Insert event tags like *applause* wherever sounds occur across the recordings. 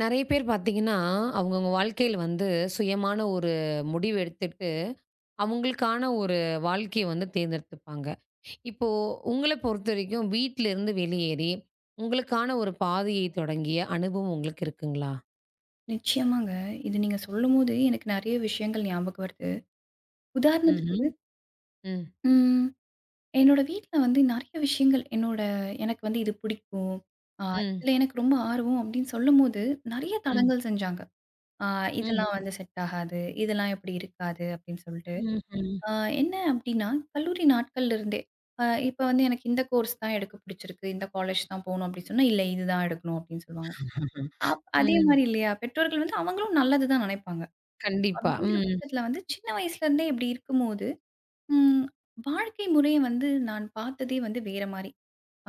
நெறைய பேர் பார்த்தீங்கன்னா, அவங்கவங்க வாழ்க்கையில வந்து சுயமான ஒரு முடிவு எடுத்துட்டு, அவங்களுக்கான ஒரு வாழ்க்கைய வந்து தேர்ந்தெடுத்துப்பாங்க. இப்போ உங்கள பொறுத்தவரைக்கும் வீட்லருந்து வெளியேறி, உங்களுக்கான ஒரு பாதையை தொடங்கிய அனுபவம் உங்களுக்கு இருக்குங்களா? நிச்சயமாங்க. இது நீங்க சொல்லும்போது எனக்கு நெறைய விஷயங்கள் ஞாபகம் வருது. உதாரணத்துக்கு, ம்ஹ்ம். ம். ம் என்னோட வீட்ல வந்து நெறைய விஷயங்கள் எனக்கு வந்து இது பிடிக்கும். ஆ ம். இதுல எனக்கு ரொம்ப ஆர்வம் அப்படின்னு சொல்லும்போது, நெறைய ம். தடங்கல் செஞ்சாங்க. ஆ இதெல்லாம் வந்து செட் ஆகாது. இதெல்லாம் இப்படி இருக்காது அப்படின்னு சொல்லிட்டு. ம்ஹ்ம். ஆ என்ன அப்படின்னா, கல்லூரி நாட்கள்ல இருந்தே இப்ப வந்து எனக்கு இந்த கோர்ஸ் தான் எடுக்க பிடிச்சிருக்கு. இந்த காலேஜ் தான் போணும் அப்படின்னு சொன்னா, இல்ல இதுதான் எடுக்கணும் அப்படின்னு சொல்லுவாங்க. ம்ஹ்ம். அதே ம். மாரி இல்லையா? பெற்றோர்கள் வந்து அவங்களும் நல்லது தான் நெனைப்பாங்க. கண்டிப்பா. அப்படிங்கிற ம். பட்சத்தில வந்து சின்ன வயசுலேருந்தே இப்படி இருக்கும்போது, ம் வாழ்க்கை முறைய வந்து நான் பார்த்ததே வந்து வேற மாரி.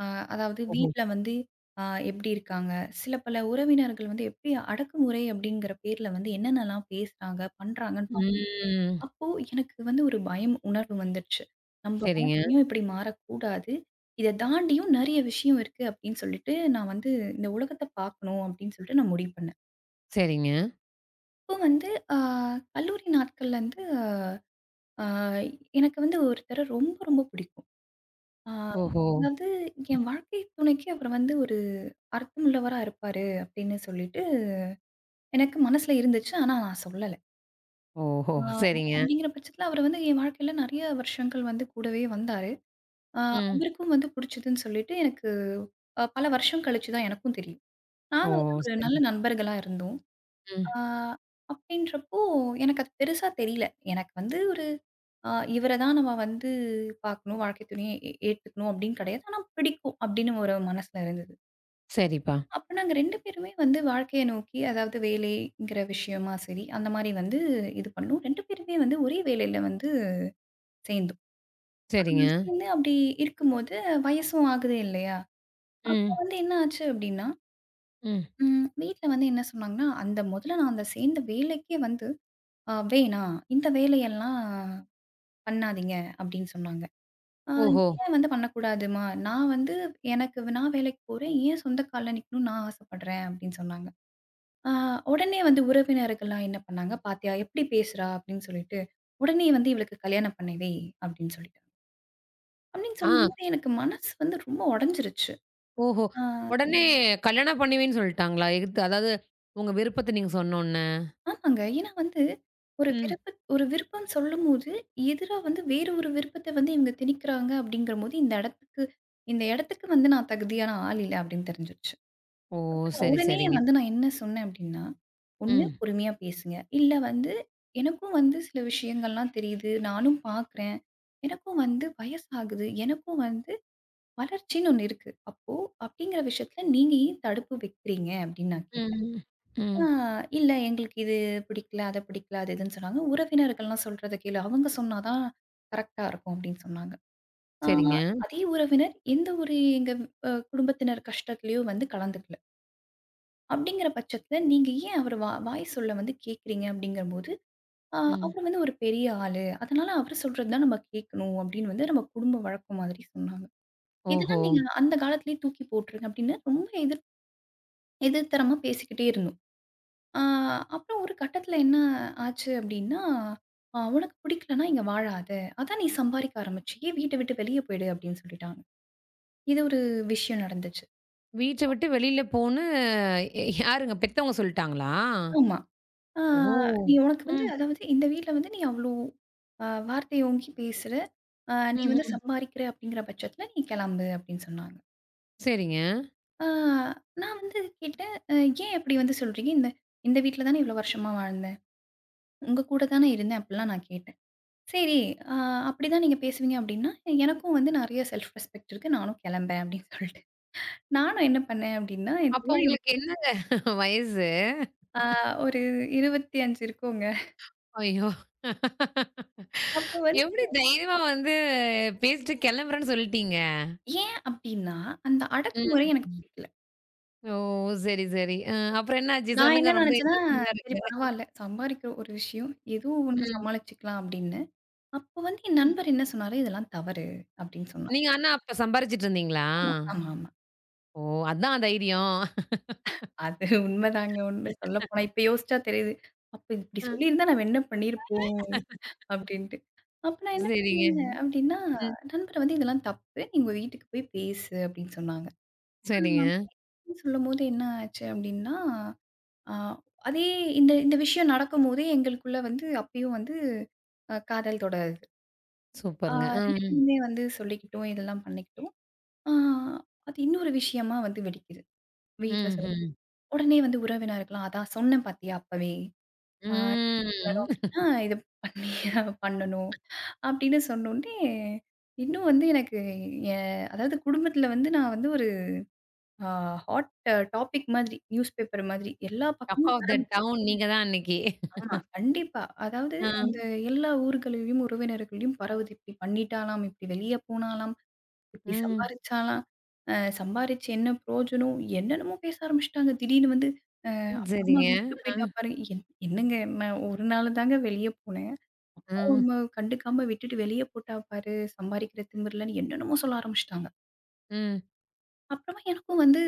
அ அதாவது ஓஹோ! வீட்ல வந்து அ எப்படி இருக்காங்க? சில பல உறவினர்கள் வந்து எப்படி அடக்குமுறை அப்படிங்கிற பேர்ல வந்து என்னென்னலாம் பேசுறாங்க, பண்றாங்கன்னு பா ம். அப்போ எனக்கு வந்து ஒரு பயம் உணர்வு வந்துருச்சு. "நம்ப சரிங்க, வாழ்க்கையும் இப்படி மாறக்கூடாது. இத தாண்டியும் நெறைய விஷயம் இருக்கு." அப்படின்னு சொல்லிட்டு நான் வந்து இந்த உலகத்த பார்க்கணும் அப்படின்னு சொல்லிட்டு நான் முடிவு பண்ணேன். சரிங்க. அப்போ வந்து அ கல்லூரி நாட்கள்லேருந்து ஆ எனக்கு வந்து ஒருத்தர ரொம்ப, ரொம்ப பிடிக்கும். ஆ ஓஹோ! அதாவது என் வாழ்க்கை துணைக்கு அவர் வந்து ஒரு அர்த்தமுள்ளவரா இருப்பாரு அப்படின்னு சொல்லிட்டு எனக்கு மனசுல இருந்துச்சு. ஆனா நான் சொல்லல. ஓஹோ! ஆ சரிங்க. அப்படிங்கிற பட்சத்தில அவர் வந்து என் வாழ்க்கையில நெறைய வருஷங்கள் வந்து கூடவே வந்தாரு. ஆ ம். அவருக்கும் வந்து பிடிச்சதுன்னு சொல்லிட்டு எனக்கு பல வருஷம் கழிச்சு தான் எனக்கும் தெரியும். ஓ! நாங்க வந்து ஒரு நல்ல சரி. நண்பர்களா இருந்தோம். ம். ஆ, அப்படின்றப்போ எனக்கு அது பெருசா தெரியல. எனக்கு வந்து ஒரு அ இவர தான் நம்ம வந்து பார்க்கணும், வாழ்க்கை துணையை ஏத்துக்கணும் அப்படின்னு கிடையாது. ஆனா பிடிக்கும் அப்படின்னு ஒரு மனசுல இருந்தது. சரிப்பா. அப்ப நாங்க 2 பேருமே வந்து வாழ்க்கைய நோக்கி அதாவது வேலைங்கிற விஷயமா சரி, அந்த மாரி வந்து இது பண்ணோம். 2 பேருமே வந்து ஒரே வேலையில வந்து சேர்ந்தோம். அ சரிங்க. சேர்ந்து அப்படி இருக்கும்போது வயசும் ஆகுது இல்லையா? அப்ப ம், வந்து என்ன ஆச்சு அப்படின்னா, ம். வீட்ல வந்து என்ன சொன்னாங்கன்னா, அந்த முதல்ல நான் அந்த சேர்ந்த வேலைக்கே வந்து "வேணாம். இந்த வேலையெல்லாம் பண்ணாதீங்க" அப்படின்னு சொன்னாங்க. "ஆ ஓஹோ! ஏன் வந்து பண்ணக்கூடாதும்மா? நான் வந்து எனக்கு நான் வேலைக்கு போறேன். ஏன் சொந்த கால்ல நிக்கணும்னு நான் ஆசைப்படுறேன்" அப்படின்னு சொன்னாங்க. ஆ உடனே வந்து உறவினர்கள்லாம் என்ன பண்ணாங்க, "பாத்தியா எப்படி பேசுறா?" அப்படின்னு சொல்லிட்டு, "உடனே வந்து இவளுக்கு கல்யாணம் பண்ணி வை" அப்படின்னு சொல்லிட்டாங்க. அப்படின்னு ஆ, சொல்லும்போது எனக்கு மனசு வந்து ரொம்ப உடைஞ்சிருச்சு. ஓஹோ! ஆ. உடனே கல்யாணம் பண்ணுவேன்னு சொல்ட்டாங்களா? எதுக்கு அதாவது உங்க விருப்பத்த நீங்க சொன்னோனே? ஆமாங்க. ஏன்னா வந்து, ம். ஒரு விருப்பம் சொல்லும்போது, எதிரா வந்து வேற ஒரு விருப்பத்த வந்து இவங்க திணிக்கிறாங்க அப்படிங்கிறபோது, இந்த இடத்துக்கு வந்து நான் தகுதியான ஆள் இல்ல அப்படின்னு தெரிஞ்சிருச்சு. ஓ! அப்ப நான் சரி, உடனே சரிங்க. வந்து நான் என்ன சொன்னேன் அப்படின்னா, "ஒண்ணு ம், பொறுமையா பேசுங்க. இல்ல வந்து எனக்கும் வந்து சில விஷயங்கள்லாம் தெரியுது. நானும் பார்க்குறேன். எனக்கும் வந்து வயசாகுது. எனக்கும் வந்து வளர்ச்சின்னு ஒண்ணு இருக்கு. அப்போ அப்படிங்கிற விஷயத்துல நீங்க ஏன் தடுப்பு வைக்கிறீங்க?" அப்படின்னு நான் ம், கேட்டேன். ம். ம். ஆ இல்ல எங்களுக்கு இது பிடிக்கல, அத பிடிக்கல, அது இதுன்னு சொன்னாங்க. உறவினர்கள்லாம் சொல்றத கேளு. அவங்க சொன்னா தான் கரெக்ட்டா இருக்கும் அப்படின்னு சொன்னாங்க. ஆ சரிங்க. அதே உறவினர் எந்த ஒரு எங்க குடும்பத்தினர் கஷ்டத்துலயோ வந்து கலந்துக்கல. அப்படிங்கிற பட்சத்துல நீங்க ஏன் அவரு வாய் சொல்ல வந்து கேட்கிறீங்க அப்படிங்கும்போது, ஆ ம். அவரு வந்து ஒரு பெரிய ஆளு. அதனால அவரு சொல்றது தான் நம்ம கேட்கணும் அப்படின்னு வந்து நம்ம குடும்ப வழக்கம் மாதிரி சொன்னாங்க. ஓஹோ! இதெல்லாம் நீங்க அந்த காலத்திலேயே தூக்கி போட்டுருங்க அப்படின்னு ரொம்ப எதிர்த்தரமா பேசிக்கிட்டே இருந்தாங்க. ஆ, அப்புறம் ஒரு கட்டத்தில என்ன ஆச்சு அப்படின்னா, உனக்கு பிடிக்கலன்னா இங்க வாழாத. அதான் நீ சம்பாரிக்க ஆரம்பிச்சியே. வீட்ட விட்டு வெளிய போயிடு" அப்படின்னு சொல்லிட்டாங்க. இது ஒரு விஷயம் நடந்துச்சு. வீட்ட விட்டு வெளில போன்னு எ யாருங்க? பெத்தவங்க சொல்ட்டாங்களா? ஆமா. ஆ ஓ! "நீ உனக்கு வந்து ம், அதாவது இந்த வீட்ல வந்து நீ அவ்ளோ வார்த்தை ஓங்கி பேசுற. நீ வந்து ம்ஹ்ம். சம்பாரிக்கிற அப்படிங்கிற பட்சத்தில நீ கிளம்பு" அப்படின்னு சொன்னாங்க. சரிங்க. ஆ நான் வந்து கேட்டேன், ஏன் இப்படி வந்து சொல்றீங்க? இந்த இந்த வீட்ல தானே இவ்வளோ வருஷமா வாழ்ந்தேன். உங்க கூட தானே இருந்தேன்" அப்படிலாம் நான் கேட்டேன். சரி. அ அப்படிதான் நீங்க பேசுவீங்க அப்படின்னா, எனக்கும் வந்து நெறைய செல்ஃப் ரெஸ்பெக்ட் இருக்கு. நானும் கிளம்பேன் அப்படின்னு சொல்லிட்டு. நானும் என்ன பண்ணேன் அப்படின்னா, என் அப்போ தோழி வீட்டுக்கு உங்களுக்கு என்னங்க வயசு? அ ஒரு 25 இருக்குங்க. ஐயோ! அப்போ வந்து எப்படி தைரியமா வந்து பேசிட்டு கிளம்புறேன்னு சொல்ட்டீங்க? ஏன் அப்படின்னா, அந்த அடக்குமுறை எனக்கு ம். பிடிக்கல. ஓ! சரி, சரி. அப்புறம் என்னாச்சு? நான் சொல்லுங்க. என்ன ரொம்ப நெனச்சேன்னா, இன்ட்ரஸ்டிங்கா சரி இருக்கு. பரவால்ல. சம்பாரிக்கிற ஒரு விஷயம். ஏதோ ஒண்ணு ம். சமாளிச்சுக்கலாம் அப்படின்னு. அப்போ வந்து என் ம். நண்பர் என்ன சொன்னாரு, இதெல்லாம் தவறு அப்படின்னு சொன்னார். நீங்க ஆனா அப்ப சம்பாரிச்சுட்டு இருந்தீங்களா? ஆமா, ஆமா. ஓ! அதான் தைரியம். அது உண்மைதாங்க உண்மை. சொல்லப்போனா இப்ப யோசிச்சா தெரியுது. அப்ப இப்படி சொல்லியிருந்தா நம்ம என்ன பண்ணியிருப்போம்? அப்படின்ட்டு. அப்ப நான் என்ன சரிங்க. பண்ணேங்க அப்படின்னா, ம். நண்பர் வந்து இதெல்லாம் தப்பு. நீ உங்க வீட்டுக்கு போய் பேசு அப்படின்னு சொன்னாங்க. சரிங்க. அப்படின்னு சொல்லும்போது என்ன ஆச்சு அப்படின்னா, ஆ அதே இந்த இந்த விஷயம் நடக்கும்போதே எங்களுக்குள்ள வந்து அப்பயும் வந்து காதல் தொடருது. ஆ சூப்பருங்க. 2 ம். பேருமே வந்து சொல்லிக்கிட்டோம், இதெல்லாம் பண்ணிக்கிட்டோம். ஆ அது இன்னொரு விஷயமா வந்து வெடிக்குது. வீட்ல சொல்லும். ம்ஹ்ம். உடனே வந்து உறவினர்கள்லாம், "அதான் சொன்னேன் பாத்தியா அப்பவே!" ஆ ம். வரோம் அப்டின்னா, இத பண்ணியே *laughs* பண்ணணும் அப்டின்னு சொன்னோனே, இன்னும் வந்து எனக்கு எ அதாவது குடும்பத்தில வந்து நான் வந்து ஒரு ஆ ஹாட் டாபிக் மாதிரி, நியூஸ் பேப்பர் மாதிரி எல்லா டாக் பக்கமும் ஆஃப் த பரவுது. டவுன் நீங்க தான் அன்னைக்கு. ஆமா, கண்டிப்பா. அதாவது அந்த ஆ. எல்லா ஊர்கள்லயும், உறவினர்களையும் பரவுது. இப்டி பண்ணிட்டாளாம், இப்டி வெளிய போனாளாம், இப்டி ம். சம்பாரிச்சாளாம், அ சம்பாரிச்சு என்ன பிரயோஜனம்? என்னென்னமோ பேச ஆரம்பிச்சுட்டாங்க. திடீர்னு வந்து, அ அப்பா, அம்மா சரிங்க. விட்டுட்டு ஆ. போயிட்டா பாருங்க. என் என்னங்க நான் ஒரு நாள் தாங்க வெளிய போனேன். ஆ. அவங்க கண்டுக்காம விட்டுட்டு வெளிய போட்டா பாரு, சம்பாரிக்கிற திமிருலன்னு என்னென்னமோ சொல்ல ஆரம்பிச்சுட்டாங்க. ம். அப்புறமா எனக்கும் வந்து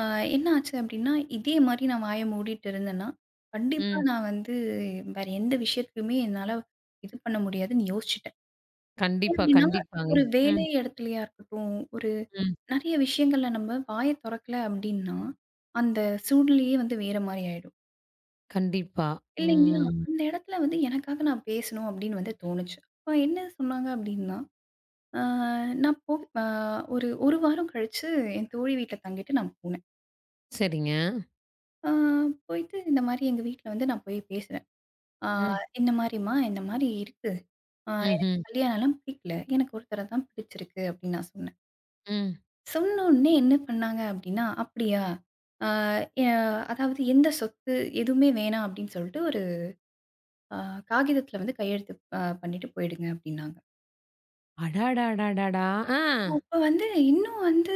அ என்ன ஆச்சு அப்டின்னா, இதே மாரி நான் வாய மூடிட்டு இருந்தேன்னா, கண்டிப்பா ம். நான் வந்து வேற எந்த விஷயத்துலயுமே என்னால இது பண்ண முடியாதுன்னு யோசிச்சுட்டேன். ஏன் கண்டிப்பா, அப்டின்னா, கண்டிப்பாங்க. ஒரு ம். வேலை இடத்துலயா இருக்கட்டும், ஒரு ம். நெறைய விஷயங்கள்ல நம்ம வாய தொறக்கல அப்டின்னா, அந்த சூழ்நிலையே வந்து வேற மாரி ஆயிடும். கண்டிப்பா. இல்லைங்களா? ம். அந்த இடத்துல வந்து எனக்காக நான் பேசணும் அப்டின்னு வந்து தோணுச்சு. அப்ப என்ன சொன்னாங்க அப்டின்னா ஆ, நான் போ அ ஒரு 1 வாரம் கழிச்சு என் தோழி வீட்ல தங்கிட்டு நான் போனேன். சரிங்க. ஆ போயிட்டு இந்த மாரி எங்க வீட்ல வந்து நான் போய் பேசுறேன். ஆ ம். "இந்த மாரிம்மா, இந்த மாரி இருக்கு. எனக்கு ம்ஹ்ம். கல்யாணம்லாம் பிடிக்கல. எனக்கு ஒருத்தர தான் பிடிச்சிருக்கு" அப்படின்னு நான் சொன்னேன். ம். சொன்ன உடனே என்ன பண்ணாங்க அப்படின்னா, "அப்படியா? ஆ எ அதாவது எந்த சொத்து எதுவுமே வேணாம்" அப்படின்னு சொல்லிட்டு ஒரு அ காகிதத்துல வந்து கையெழுத்து பண்ணிட்டு போயிடுங்க அப்படின்னாங்க. அடாடாடாடாடா! ஆ. அப்ப வந்து இன்னும் வந்து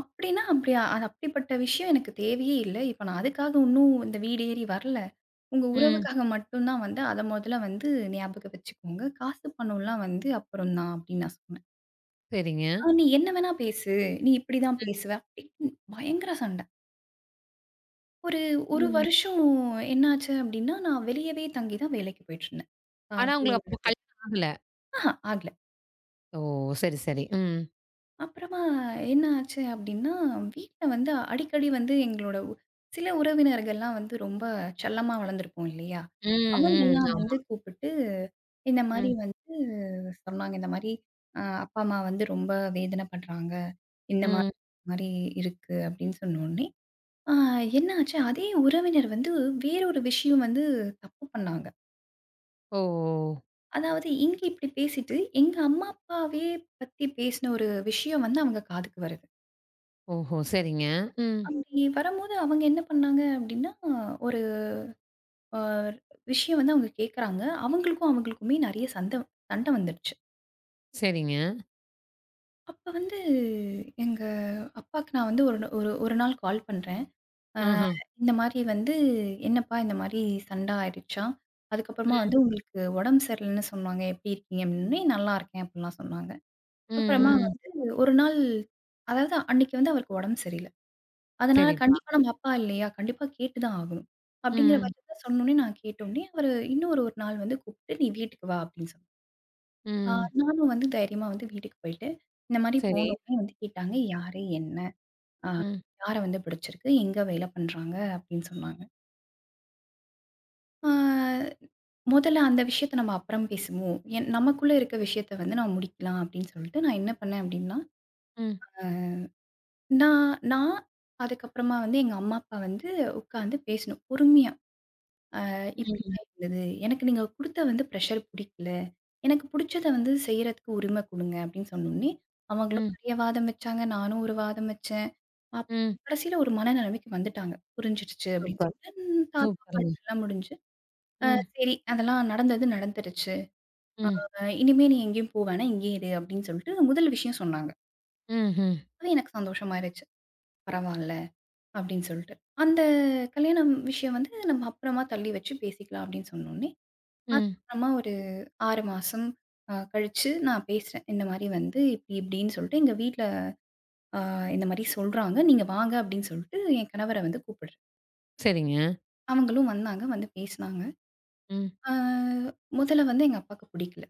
அப்டின்னா, அப்டி அது அப்படிப்பட்ட விஷயம் எனக்கு தேவையே இல்ல. இப்ப நான் அதுக்காக இன்னும் இந்த வீடு ஏறி வரல. உங்க ம். ம். உறவுக்காக மட்டும் தான் வந்து அத முதல்ல வந்து ஞாபகம் வச்சுக்கோங்க. காசு பணம்லாம் வந்து அப்புறம் தான் அப்டின்னு நான் சொன்னேன். சரிங்க. நீ என்ன வேணா பேசு. நீ இப்படிதான் பேசுவ அப்டின்னு பயங்கர சண்ட. ஒரு 1 ம். வருஷம் என்னாச்சு அப்டின்னா, நான் வெளியவே தங்கி தான் வேலைக்கு போயிட்டுருந்தேன். ஆனா உங்களுக்கு அப்போ அலுவலகத்துல. கல்யாணம் ஆகல. ஆஹா ஓ! சரி, சரி. ம். அப்புறமா என்ன ஆச்சு அப்படின்னா, வீட்ல வந்து அடிக்கடி வந்து எங்களோட சில உறவினர்கள்லாம் வந்து ரொம்ப செல்லமா வளர்ந்துருப்போம் இல்லையா? ம், ம். அவங்கலாம் ஆமா. வந்து கூப்பிட்டு, இந்த மாரி ம், வந்து சொன்னாங்க. இந்த மாரி அப்பா, அம்மா வந்து ரொம்ப வேதனை படுறாங்க. இந்த மாரி ம். மாரி இருக்கு அப்படின்னு சொன்னோனே, ஆ என்ன ஆச்சு, அதே உறவினர் வந்து வேறொரு விஷயம் வந்து தப்பு பண்ணாங்க. ஓ! அதாவது இங்க இப்படி பேசிட்டு, எங்க அம்மா, அப்பாவே பத்தி பேசின ஒரு விஷயம் வந்து அவங்க காதுக்கு வருது. ஓஹோ! சரிங்க. ம். அப்படி வரும்போது அவங்க என்ன பண்ணாங்க அப்படின்னா, ஒரு அ விஷயம் வந்து அவங்க கேட்குறாங்க. அவங்களுக்கும் அவங்களுக்குமே நெறைய சண்ட சண்ட வந்துடுச்சு. சரிங்க. அப்ப வந்து எங்க அப்பாக்கு நான் வந்து ஒரு ஒரு நாள் கால் பண்றேன். ஆஹா. இந்த மாரி வந்து, "என்னப்பா இந்த மாரி சண்ட ஆயிடுச்சாம். அதுக்கப்புறமா ம், வந்து உங்களுக்கு உடம்பு சரியில்லன்னு சொன்னாங்க. எப்படி இருக்கீங்க?" அப்படின்னோனே, "நல்லா இருக்கேன்" அப்படிலாம் சொன்னாங்க. அப்புறமா ம். ம், ம். வந்து ஒரு நாள் அதாவது அன்னைக்கு வந்து அவருக்கு உடம்பு சரியில்ல. அதனால சரிப்பா. கண்டிப்பா நம்ம அப்பா இல்லையா? கண்டிப்பா கேட்டு தான் ஆகணும். அப்படிங்கிற ம், பட்சத்தில சொன்னோனே நான் கேட்டோனே, அவரு ஒரு நாள் வந்து கூப்ட்டு, "நீ வீட்டுக்கு வா" அப்படின்னு சொன்னாரு. ஆ ம். நானும் வந்து தைரியமா வந்து வீட்டுக்கு போயிட்டு, இந்த மாரி சரி. போனோனே வந்து கேட்டாங்க, "யாரு? என்ன? ஆ ம், யார வந்து பிடிச்சிருக்கு? எங்க வேல பண்றாங்க?" அப்படின்னு சொன்னாங்க. ஆ முதல்ல அந்த விஷயத்த நம்ம அப்புறம் பேசுவோம். நமக்குள்ள இருக்க விஷயத்த வந்து நான் முடிக்கலாம் அப்படின்னு சொல்லிட்டு, நான் என்ன பண்ணேன் அப்படின்னா, ம், நான் நான் அதுக்கப்புறமா வந்து எங்க அம்மா, அப்பா வந்து உட்காந்து பேசணும் பொறுமையா. ம், இப்படிதான் இருந்தது. எனக்கு நீங்க குடுத்த வந்து பிரஷர் புடிக்கல. எனக்கு புடிச்சத வந்து செய்றதுக்கு உரிமை குடுங்க அப்படின்னு சொன்னோனே, அவங்களும் ம், நெறைய வாதம் வச்சாங்க. நானும் ஒரு வாதம் வச்சேன். அப்புறம் ம். கடைசியில ஒரு மனநிலைமைக்கு வந்துட்டாங்க. புரிஞ்சிடுச்சு அப்படின்னு சூப்பர், சொல்லிட்டு, ம் தாத்தா, சூப்பருங்க. பாட்டி எல்லாம் முடிஞ்சு, அ ம், சரி அதெல்லாம் நடந்தது நடந்துருச்சு. ம், இனிமே நீ எங்கேயும் போ வேணாம். இங்கேயே இரு அப்படின்னு சொல்லிட்டு முதல் விஷயம் சொன்னாங்க. ம்ஹ்ம். அது எனக்கு சந்தோஷமாயிருச்சு. பரவால்ல அப்படின்னு சொல்லிட்டு. அந்த கல்யாணம் விஷயம் வந்து நம்ம அப்புறமா தள்ளி வச்சு பேசிக்கலாம் அப்படின்னு சொன்னோனே, ம். அதுக்கப்புறமா ஒரு 6 மாசம் கழிச்சு நான் பேசுறேன். இந்த மாரி வந்து இப்டி இப்டின்னு சொல்லிட்டு எங்க வீட்ல அ இந்த மாரி சொல்றாங்க. நீங்க வாங்க அப்டின்னு சொல்லிட்டு என் கணவர வந்து கூப்பிடுறேன். சரிங்க. அவங்களும் வந்தாங்க. வந்து பேசினாங்க. ம். அ முதல்ல வந்து எங்க அப்பாக்கு புடிக்கல.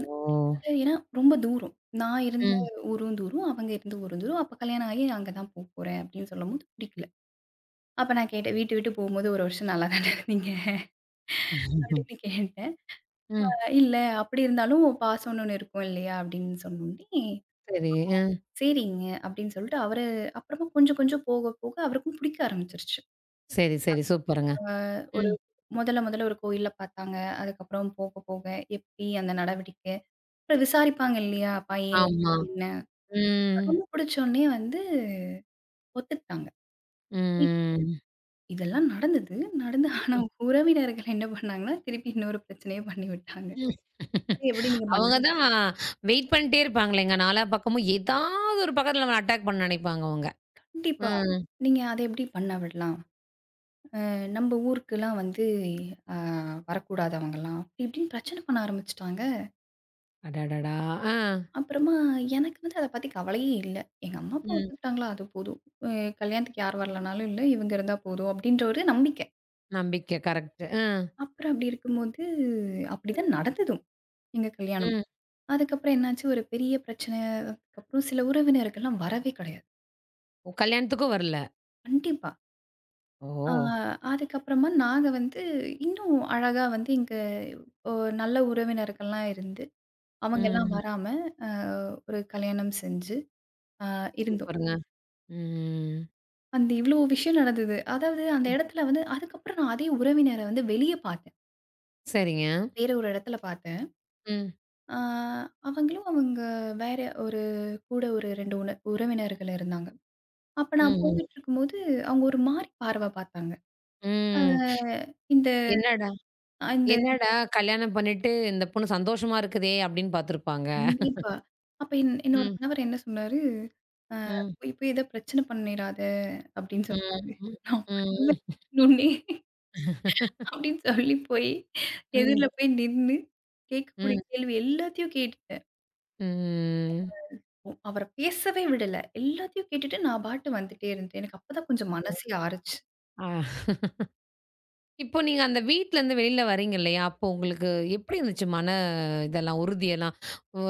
ஓ! புடிக்கல ஏன்னா ரொம்ப தூரம். நான் இருந்த ம். ஊரும் தூரம், அவங்க இருந்த ஊரும் தூரம். அப்ப கல்யாணம் ஆகி அங்க தான் போறேன் அப்டின்னு சொல்லும்போது புடிக்கல. அப்ப நான் கேட்டேன். வீட்டு விட்டு போகும்போது 1 வருஷம் நல்லா தானே இருந்தீங்க? *laughs* அப்டின்னு கேட்டேன். ம். இல்ல அப்டி இருந்தாலும் பாசம்னு ஒண்ணு இருக்கும் இல்லையா? அப்டின்னு சொன்னோனே சரி. அ. "சரிங்க" அப்படின்னு சொல்லிட்டு அவரு அப்புறமா கொஞ்சம் கொஞ்சம் போக போக அவருக்கும் பிடிக்க ஆரம்பிச்சுருச்சு. சரி, சரி. அவர சூப்பருங்க. அ ஒரு ம். முதல்ல முதல்ல ஒரு கோயில்ல பார்த்தாங்க. அதுக்கப்புறம் போக போக எப்படி அந்த நடவடிக்கை, அப்புறம் விசாரிப்பாங்க இல்லையா? பையன் எப்படி ஆமா. என்ன? ம். ரொம்ப பிடிச்சோனே வந்து ஒத்துக்கிட்டாங்க. இ ம். இதெல்லாம் நடந்தது. நடந்து ஆனா உறவினர்கள் என்ன பண்ணாங்கன்னா, திருப்பி இன்னொரு பிரச்சனைய பண்ணி விட்டாங்க. "அத எப்படி நீங்க அவங்க பண்ணலாம்?" தான் வெயிட் பண்ணிட்டே இருப்பாங்களேங்க. நாலா பக்கமும் ஏதாவது ஒரு பக்கத்துல நம்மள அட்டாக் பண்ண நினைப்பாங்க அவங்க. "கண்டிப்பா. ம். நீங்க அத எப்படி பண்ண விடலாம்? நம்ம ஊருக்குலாம் வந்து அ வரக்கூடாது அவங்கலாம்." இப்படின்னு பிரச்சனை பண்ண ஆரம்பிச்சுட்டாங்க. அடடடா! ஆ. அப்புறமா எனக்கு வந்து அத பத்தி கவலையே இல்ல. எங்க அம்மா, அப்பா ம். ஒத்துக்கிட்டாங்களா அது போதும். அ கல்யாணத்துக்கு யார் வரலனாலும் இல்ல, இவங்க இருந்தா போதும் அப்டின்ற ஒரு நம்பிக்கை. நம்பிக்கை கரெக்ட். அ. அப்புறம் அப்டி இருக்கும்போது அப்டிதான் நடந்ததும், எங்க கல்யாணம். ம். அதுக்கப்புறம் என்னாச்சு ஒரு பெரிய பிரச்சனை. அதுக்கப்புறம் சில உறவினர்கள்லாம் வரவே கிடையாது. ஓ, கல்யாணத்துக்கும் வரல? கண்டிப்பா. ஓ! ஆ அதுக்கப்புறமா நாங்க வந்து இன்னும் அழகா வந்து எங்க ஒ நல்ல உறவினர்கள்லாம் இருந்து, அவங்கலாம் ம். வராம அ ஒரு கல்யாணம் செஞ்சு அ இருந்தோம். சூப்பருங்க. ம். அந்த இவ்ளோ விஷயம் நடந்தது. அதாவது அந்த இடத்துல வந்து அதுக்கப்புறம் நான் அதே உறவினர வந்து வெளிய பார்த்தேன். சரிங்க. வேற ஒரு இடத்துல பார்த்தேன். ம். ஆ அவங்களும் அவங்க வேற ஒரு கூட ஒரு 2 உறவினர்கள் இருந்தாங்க. அப்ப நான் ம். போயிட்டுருக்கும்போது, அவங்க ஒரு மாரி பார்வை பார்த்தாங்க. ஆ ம். இந்த என்னடா இந்த என்னடா கல்யாணம் பண்ணிட்டு இந்த பொண்ணு சந்தோஷமா இருக்குதே! அப்படின்னு பார்த்துருப்பாங்க. கண்டிப்பா. அப்ப என்னோட ம், கணவர் என்ன சொன்னாரு, "ஆ ம், போய் போய் ஏதோ பிரச்சனை பண்ணிறாத" அப்படின்னு ம், சொன்னாரு. ம், நான் பண்ணுவேன் இன்னொன்னே. அப்படின்னு சொல்லி போய், ம், எதிர்ல போய் நின்னு, கேட்கக்கூடிய ம், கேள்வி எல்லாத்தையும் கேட்டுட்டேன். ம். ஒ அவர பேசவே விடல. எல்லாத்தையும் கேட்டுட்டு நான் பாட்டு வந்துட்டே இருந்தேன். எனக்கு அப்பதான் கொஞ்சம் மனசே ஆறுச்சு. ஆ. இப்போ நீங்க அந்த வீட்லருந்து வெளில வரீங்க இல்லையா? அப்போ உங்களுக்கு எப்படி இருந்துச்சு இதெல்லாம், உறுதியெல்லாம்?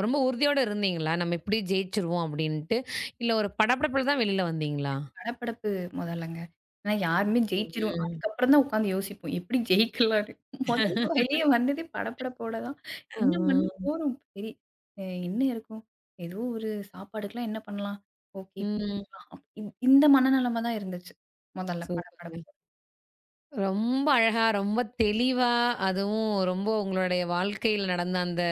ரொம்ப உறுதியோட இருந்தீங்களா? நம்ம இப்படி ஜெயிச்சுருவோம் அப்படின்ட்டு? இல்ல ஒரு படபடப்புல தான் வெளில வந்தீங்களா? படபடப்பு மொதலங்க. ஏன்னா யாருமே ஜெயிச்சிரும். ம். அதுக்கப்புறம் தான் உட்காந்து யோசிப்போம். எப்படி ஜெயிக்கலான்னு. மொதல்ல வெளிய வந்ததே படபடப்போட தான். என்ன பண்ண ஆ. போறோம்? சரி அ என்ன இருக்கும்? ஏதோ ஒரு சாப்பாடுக்குலாம் என்ன பண்ணலாம்? ஓகே இப்படி ம். பண்ணிக்கலாம். இந்த மனநிலைமை தான் இருந்துச்சு. மொதல்ல படபடப்பு. சூப்பருங்க. ரொம்ப அழகா, ரொம்ப தெளிவா, அதுவும் ரொம்ப உங்களுடைய வாழ்க்கையில நடந்த அந்த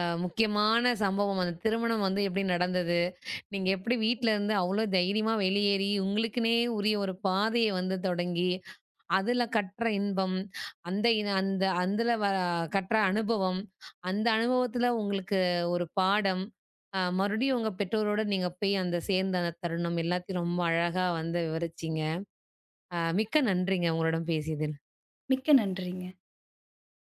முக்கியமான சம்பவம். அந்த திருமணம் வந்து எப்படி நடந்தது? நீங்க எப்படி வீட்லருந்து அவ்ளோ தைரியமா வெளியேறி, உங்களுக்குன்னே உரிய ஒரு பாதைய வந்து தொடங்கி, அதுல கற்ற இன்பம், அந்த இன அந்த அதுல கற்ற அனுபவம், அந்த அனுபவத்துல உங்களுக்கு ஒரு பாடம், மறுபடியும் உங்க பெற்றோரோட நீங்க போய் அந்த சேர்ந்த அந்த தருணம் எல்லாத்தையும் ரொம்ப அழகா வந்து விவரிச்சீங்க. மிக்க நன்றிங்க உங்களுடன் பேசியதில். மிக்க நன்றிங்க.